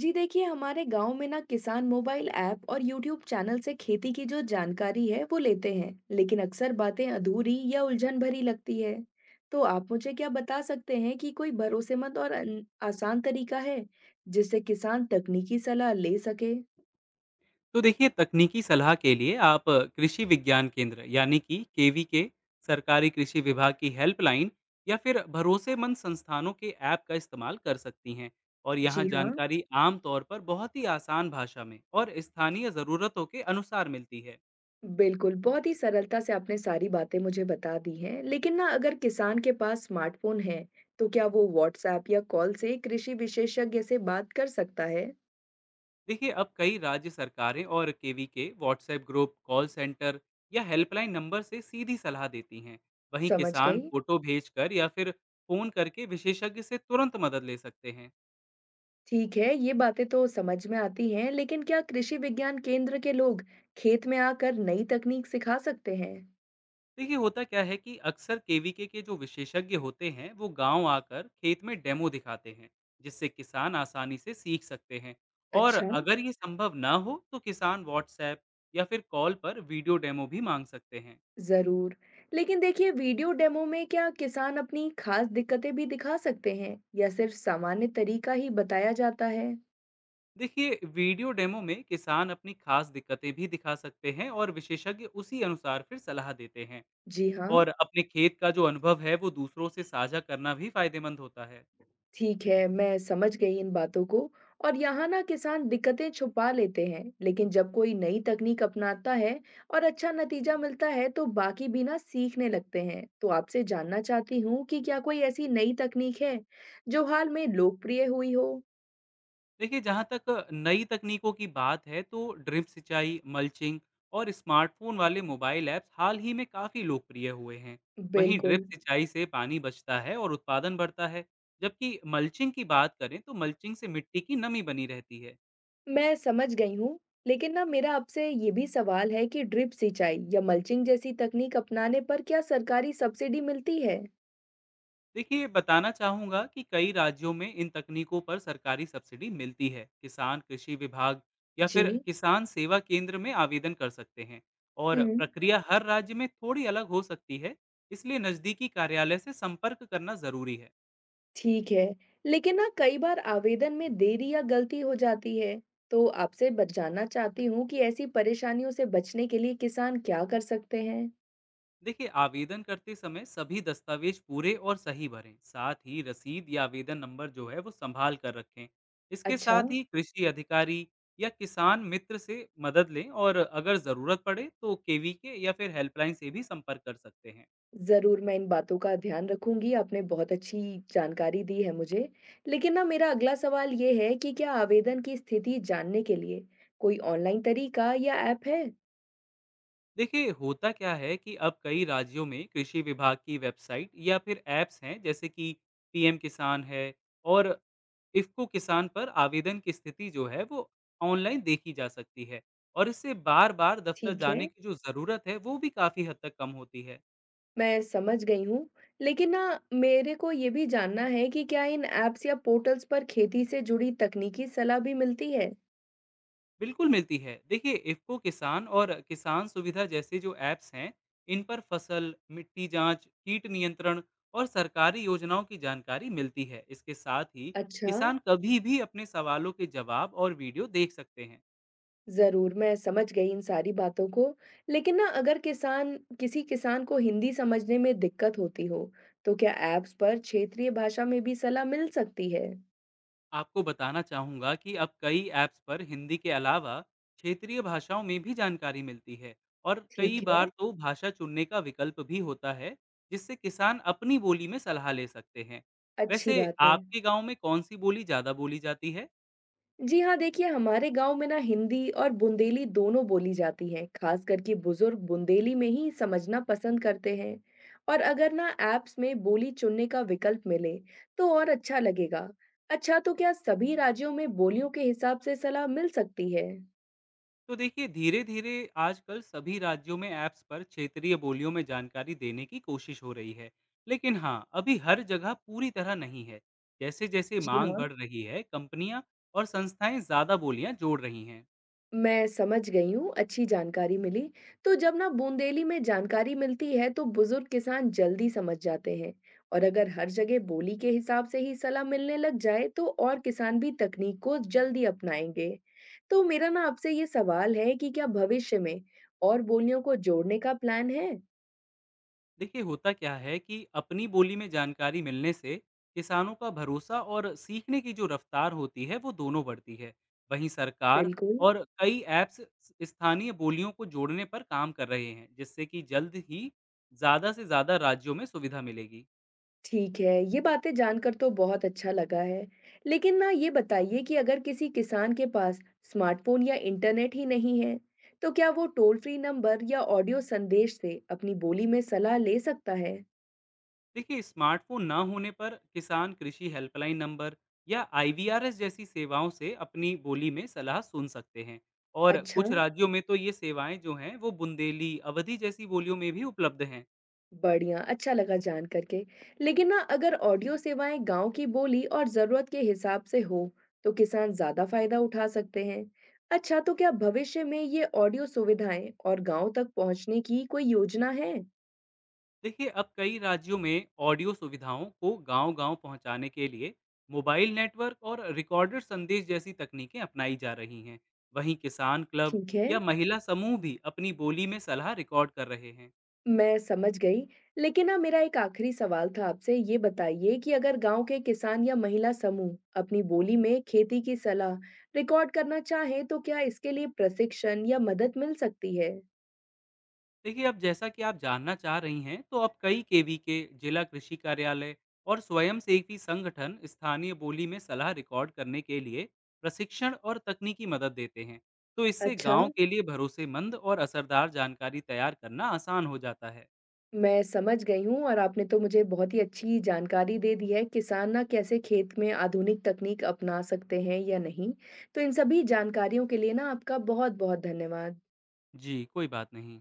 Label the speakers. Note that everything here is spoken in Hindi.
Speaker 1: जी देखिए, हमारे गांव में ना किसान मोबाइल ऐप और यूट्यूब चैनल से खेती की जो जानकारी है वो लेते हैं, लेकिन अक्सर बातें अधूरी या उलझन भरी लगती है। तो आप मुझे क्या बता सकते हैं कि कोई भरोसेमंद और आसान तरीका है जिससे किसान तकनीकी सलाह ले सके?
Speaker 2: तो देखिए, तकनीकी सलाह के लिए आप कृषि विज्ञान केंद्र यानी कि केवी के, सरकारी कृषि विभाग की हेल्पलाइन या फिर भरोसेमंद संस्थानों के ऐप का इस्तेमाल कर सकती हैं। और यहाँ
Speaker 1: जी हाँ,
Speaker 2: जानकारी आमतौर पर बहुत ही आसान भाषा में और स्थानीय ज़रूरतों के अनुसार मिलती है।
Speaker 1: बिल्कुल। बहुत ही सरलता से आपने सारी बातें मुझे बता दी हैं। लेकिन ना, अगर किसान के पास स्मार्टफोन है, तो क्या वो व्हाट्सएप या कॉल से कृषि विशेषज्ञ से बात कर सकता है?
Speaker 2: देखिए, अब कई राज्य सरकारें और केवी के व्हाट्सएप ग्रुप, कॉल सेंटर या हेल्पलाइन नंबर से सीधी सलाह देती हैं। वहीं
Speaker 1: समझ
Speaker 2: किसान
Speaker 1: गई।
Speaker 2: फोटो भेजकर या फिर फोन करके विशेषज्ञ से तुरंत मदद ले सकते हैं।
Speaker 1: ठीक है, ये बातें तो समझ में आती हैं, लेकिन क्या कृषि विज्ञान केंद्र के लोग खेत में आकर नई तकनीक सिखा सकते हैं?
Speaker 2: देखिए, होता क्या है कि अक्सर केवीके के जो विशेषज्ञ होते हैं वो गांव आकर खेत में डेमो दिखाते हैं, जिससे किसान आसानी से सीख सकते हैं। और
Speaker 1: अच्छा।
Speaker 2: अगर ये संभव ना हो तो किसान व्हाट्सएप या फिर कॉल पर वीडियो डेमो भी मांग सकते हैं।
Speaker 1: जरूर। लेकिन देखिए, वीडियो डेमो में क्या किसान अपनी खास दिक्कतें भी दिखा सकते हैं या सिर्फ सामान्य तरीका ही बताया जाता है?
Speaker 2: देखिए, वीडियो डेमो में किसान अपनी खास दिक्कतें भी दिखा सकते हैं और विशेषज्ञ उसी अनुसार फिर सलाह देते हैं।
Speaker 1: जी हाँ।
Speaker 2: और अपने खेत का जो अनुभव है वो दूसरों से साझा करना भी फायदेमंद होता है।
Speaker 1: ठीक है, मैं समझ गई इन बातों को। और यहाँ ना किसान दिक्कतें छुपा लेते हैं, लेकिन जब कोई नई तकनीक अपनाता है और अच्छा नतीजा मिलता है, तो बाकी भी ना सीखने लगते हैं। तो आपसे जानना चाहती हूँ कि क्या कोई ऐसी नई तकनीक है, जो हाल में लोकप्रिय हुई हो?
Speaker 2: देखिए, जहाँ तक नई तकनीकों की बात है तो ड्रिप सिंचाई, मल्चिंग और स्मार्टफ़ोन वाले मोबाइल ऐप्स हाल ही में काफ़ी लोकप्रिय हुए हैं। वहीं ड्रिप
Speaker 1: बिल्कुल,
Speaker 2: सिंचाई से पानी बचता है और उत्पादन बढ़ता है, जबकि मल्चिंग की बात करें तो मल्चिंग से मिट्टी की नमी बनी रहती है।
Speaker 1: मैं समझ गई हूँ। लेकिन ना, मेरा आपसे ये भी सवाल है कि ड्रिप सिंचाई या मल्चिंग जैसी तकनीक अपनाने पर क्या सरकारी सब्सिडी मिलती है?
Speaker 2: देखिए, बताना चाहूँगा कि कई राज्यों में इन तकनीकों पर सरकारी सब्सिडी मिलती है। किसान कृषि विभाग या फिर
Speaker 1: जी।
Speaker 2: किसान सेवा केंद्र में आवेदन कर सकते हैं। और
Speaker 1: हुँ।
Speaker 2: प्रक्रिया हर राज्य में थोड़ी अलग हो सकती है, इसलिए नज़दीकी कार्यालय से संपर्क करना ज़रूरी है।
Speaker 1: ठीक है। लेकिन ना, कई बार आवेदन में देरी या गलती हो जाती है, तो आपसे जानना चाहती हूँ कि ऐसी परेशानियों से बचने के लिए किसान क्या कर सकते हैं?
Speaker 2: देखिए, आवेदन करते समय सभी दस्तावेज पूरे और सही भरें, साथ ही रसीद या आवेदन नंबर जो है वो संभाल कर रखें। इसके
Speaker 1: अच्छा।
Speaker 2: साथ ही कृषि अधिकारी या किसान मित्र से मदद लें, और अगर ज़रूरत पड़े तो केवी के या फिर हेल्पलाइन से भी संपर्क कर सकते हैं।
Speaker 1: जरूर, मैं इन बातों का ध्यान रखूंगी। आपने बहुत अच्छी जानकारी दी है मुझे। लेकिन ना, मेरा अगला सवाल ये है कि क्या आवेदन की स्थिति जानने के लिए कोई ऑनलाइन तरीका या ऐप है?
Speaker 2: देखिए, होता क्या है कि अब कई राज्यों में कृषि विभाग की वेबसाइट या फिर ऐप्स हैं, जैसे कि पीएम किसान है और इफ्को किसान, पर आवेदन की स्थिति जो है वो ऑनलाइन देखी जा सकती है। और इससे बार बार दफ्तर
Speaker 1: ठीक है,
Speaker 2: जाने की जो ज़रूरत है वो भी काफ़ी हद तक कम होती है।
Speaker 1: मैं समझ गई हूँ। लेकिन ना, मेरे को ये भी जानना है कि क्या इन ऐप्स या पोर्टल्स पर खेती से जुड़ी तकनीकी सलाह भी मिलती है?
Speaker 2: बिल्कुल मिलती है। देखिए, इफ़को किसान और किसान सुविधा जैसे जो ऐप्स हैं, इन पर फसल, मिट्टी जाँच, कीट नियंत्रण और सरकारी योजनाओं की जानकारी मिलती है। इसके साथ ही
Speaker 1: अच्छा,
Speaker 2: किसान कभी भी अपने सवालों के जवाब और वीडियो देख सकते हैं।
Speaker 1: ज़रूर, मैं समझ गई इन सारी बातों को। लेकिन ना, अगर किसान किसी किसान को हिंदी समझने में दिक्कत होती हो, तो क्या ऐप्स पर क्षेत्रीय भाषा में भी सलाह मिल सकती है?
Speaker 2: आपको बताना चाहूँगा कि अब कई ऐप्स पर हिंदी के अलावा क्षेत्रीय भाषाओं में भी जानकारी मिलती है, और कई
Speaker 1: ठीक है,
Speaker 2: बार तो भाषा चुनने का विकल्प भी होता है, जिससे किसान अपनी बोली में सलाह ले सकते हैं।
Speaker 1: अच्छी
Speaker 2: वैसे
Speaker 1: बात है।
Speaker 2: आपके गांव में कौन सी बोली ज़्यादा बोली जाती है?
Speaker 1: जी हाँ, देखिए, हमारे गांव में ना हिंदी और बुंदेली दोनों बोली जाती हैं। खास करके बुजुर्ग बुंदेली में ही समझना पसंद करते हैं। और अगर ना ऐप्स में बोली चुनने का विकल्प मिले तो और अच्छा लगेगा। अच्छा, तो क्या सभी राज्यों में बोलियों के हिसाब से सलाह मिल सकती है?
Speaker 2: तो देखिए, धीरे धीरे आजकल सभी राज्यों में ऐप्स पर क्षेत्रीय बोलियों में जानकारी देने की कोशिश हो रही है, लेकिन हाँ, अभी हर जगह पूरी तरह नहीं है। जैसे जैसे
Speaker 1: जी
Speaker 2: मांग
Speaker 1: हाँ,
Speaker 2: बढ़ रही है, कंपनियां और संस्थाएं ज्यादा बोलियां जोड़ रही हैं।
Speaker 1: मैं समझ गई हूँ, अच्छी जानकारी मिली। तो जब ना बूंदेली में जानकारी मिलती है तो बुजुर्ग किसान जल्दी समझ जाते हैं, और अगर हर जगह बोली के हिसाब से ही सलाह मिलने लग जाए तो और किसान भी तकनीक को जल्दी अपनाएंगे। तो मेरा ना आपसे ये सवाल है कि क्या भविष्य में और बोलियों को जोड़ने का प्लान है?
Speaker 2: देखिए, होता क्या है कि अपनी बोली में जानकारी मिलने से किसानों का भरोसा और सीखने की जो रफ्तार होती है वो दोनों बढ़ती है। वहीं सरकार
Speaker 1: बिल्कुल।
Speaker 2: और कई ऐप्स स्थानीय बोलियों को जोड़ने पर काम कर रहे हैं, जिससे कि जल्द ही ज़्यादा से ज़्यादा राज्यों में सुविधा मिलेगी।
Speaker 1: ठीक है, ये बातें जानकर तो बहुत अच्छा लगा है। लेकिन ना, ये बताइए कि अगर किसी किसान के पास स्मार्टफ़ोन या इंटरनेट ही नहीं है, तो क्या वो टोल फ्री नंबर या ऑडियो संदेश से अपनी बोली में सलाह ले सकता है?
Speaker 2: देखिए, स्मार्टफोन ना होने पर किसान कृषि हेल्पलाइन नंबर या आईवीआरएस जैसी सेवाओं से अपनी बोली में सलाह सुन सकते हैं। और
Speaker 1: अच्छा,
Speaker 2: कुछ राज्यों में तो ये सेवाएं जो हैं वो बुंदेली, अवधि जैसी बोलियों में भी उपलब्ध हैं।
Speaker 1: बढ़िया, अच्छा लगा जान करके। लेकिन ना, अगर ऑडियो सेवाएं गाँव की बोली और ज़रूरत के हिसाब से हो, तो किसान ज़्यादा फ़ायदा उठा सकते हैं। अच्छा, तो क्या भविष्य में ये ऑडियो सुविधाएं और गाँव तक पहुंचने की कोई योजना है?
Speaker 2: देखिए, अब कई राज्यों में ऑडियो सुविधाओं को गांव-गांव पहुंचाने के लिए मोबाइल नेटवर्क और रिकॉर्डेड संदेश जैसी तकनीकें अपनाई जा रही हैं। वहीं किसान क्लब
Speaker 1: ठीक है।
Speaker 2: या महिला समूह भी अपनी बोली में सलाह रिकॉर्ड कर रहे हैं।
Speaker 1: मैं समझ गई, लेकिन ना मेरा एक आखिरी सवाल था आपसे। ये बताइए कि अगर गाँव के किसान या महिला समूह अपनी बोली में खेती की सलाह रिकॉर्ड करना चाहें, तो क्या इसके लिए प्रशिक्षण या मदद मिल सकती है?
Speaker 2: देखिए, अब जैसा कि आप जानना चाह रही हैं, तो अब कई केवीके, जिला कृषि कार्यालय और स्वयंसेवी संगठन स्थानीय बोली में सलाह रिकॉर्ड करने के लिए प्रशिक्षण और तकनीकी मदद देते हैं। तो इससे
Speaker 1: अच्छा,
Speaker 2: गांव के लिए भरोसेमंद और असरदार जानकारी तैयार करना आसान हो जाता है।
Speaker 1: मैं समझ गई हूँ, और आपने तो मुझे बहुत ही अच्छी जानकारी दे दी है, किसान ना कैसे खेत में आधुनिक तकनीक अपना सकते हैं या नहीं। तो इन सभी जानकारियों के लिए ना आपका बहुत-बहुत धन्यवाद।
Speaker 2: जी, कोई बात नहीं।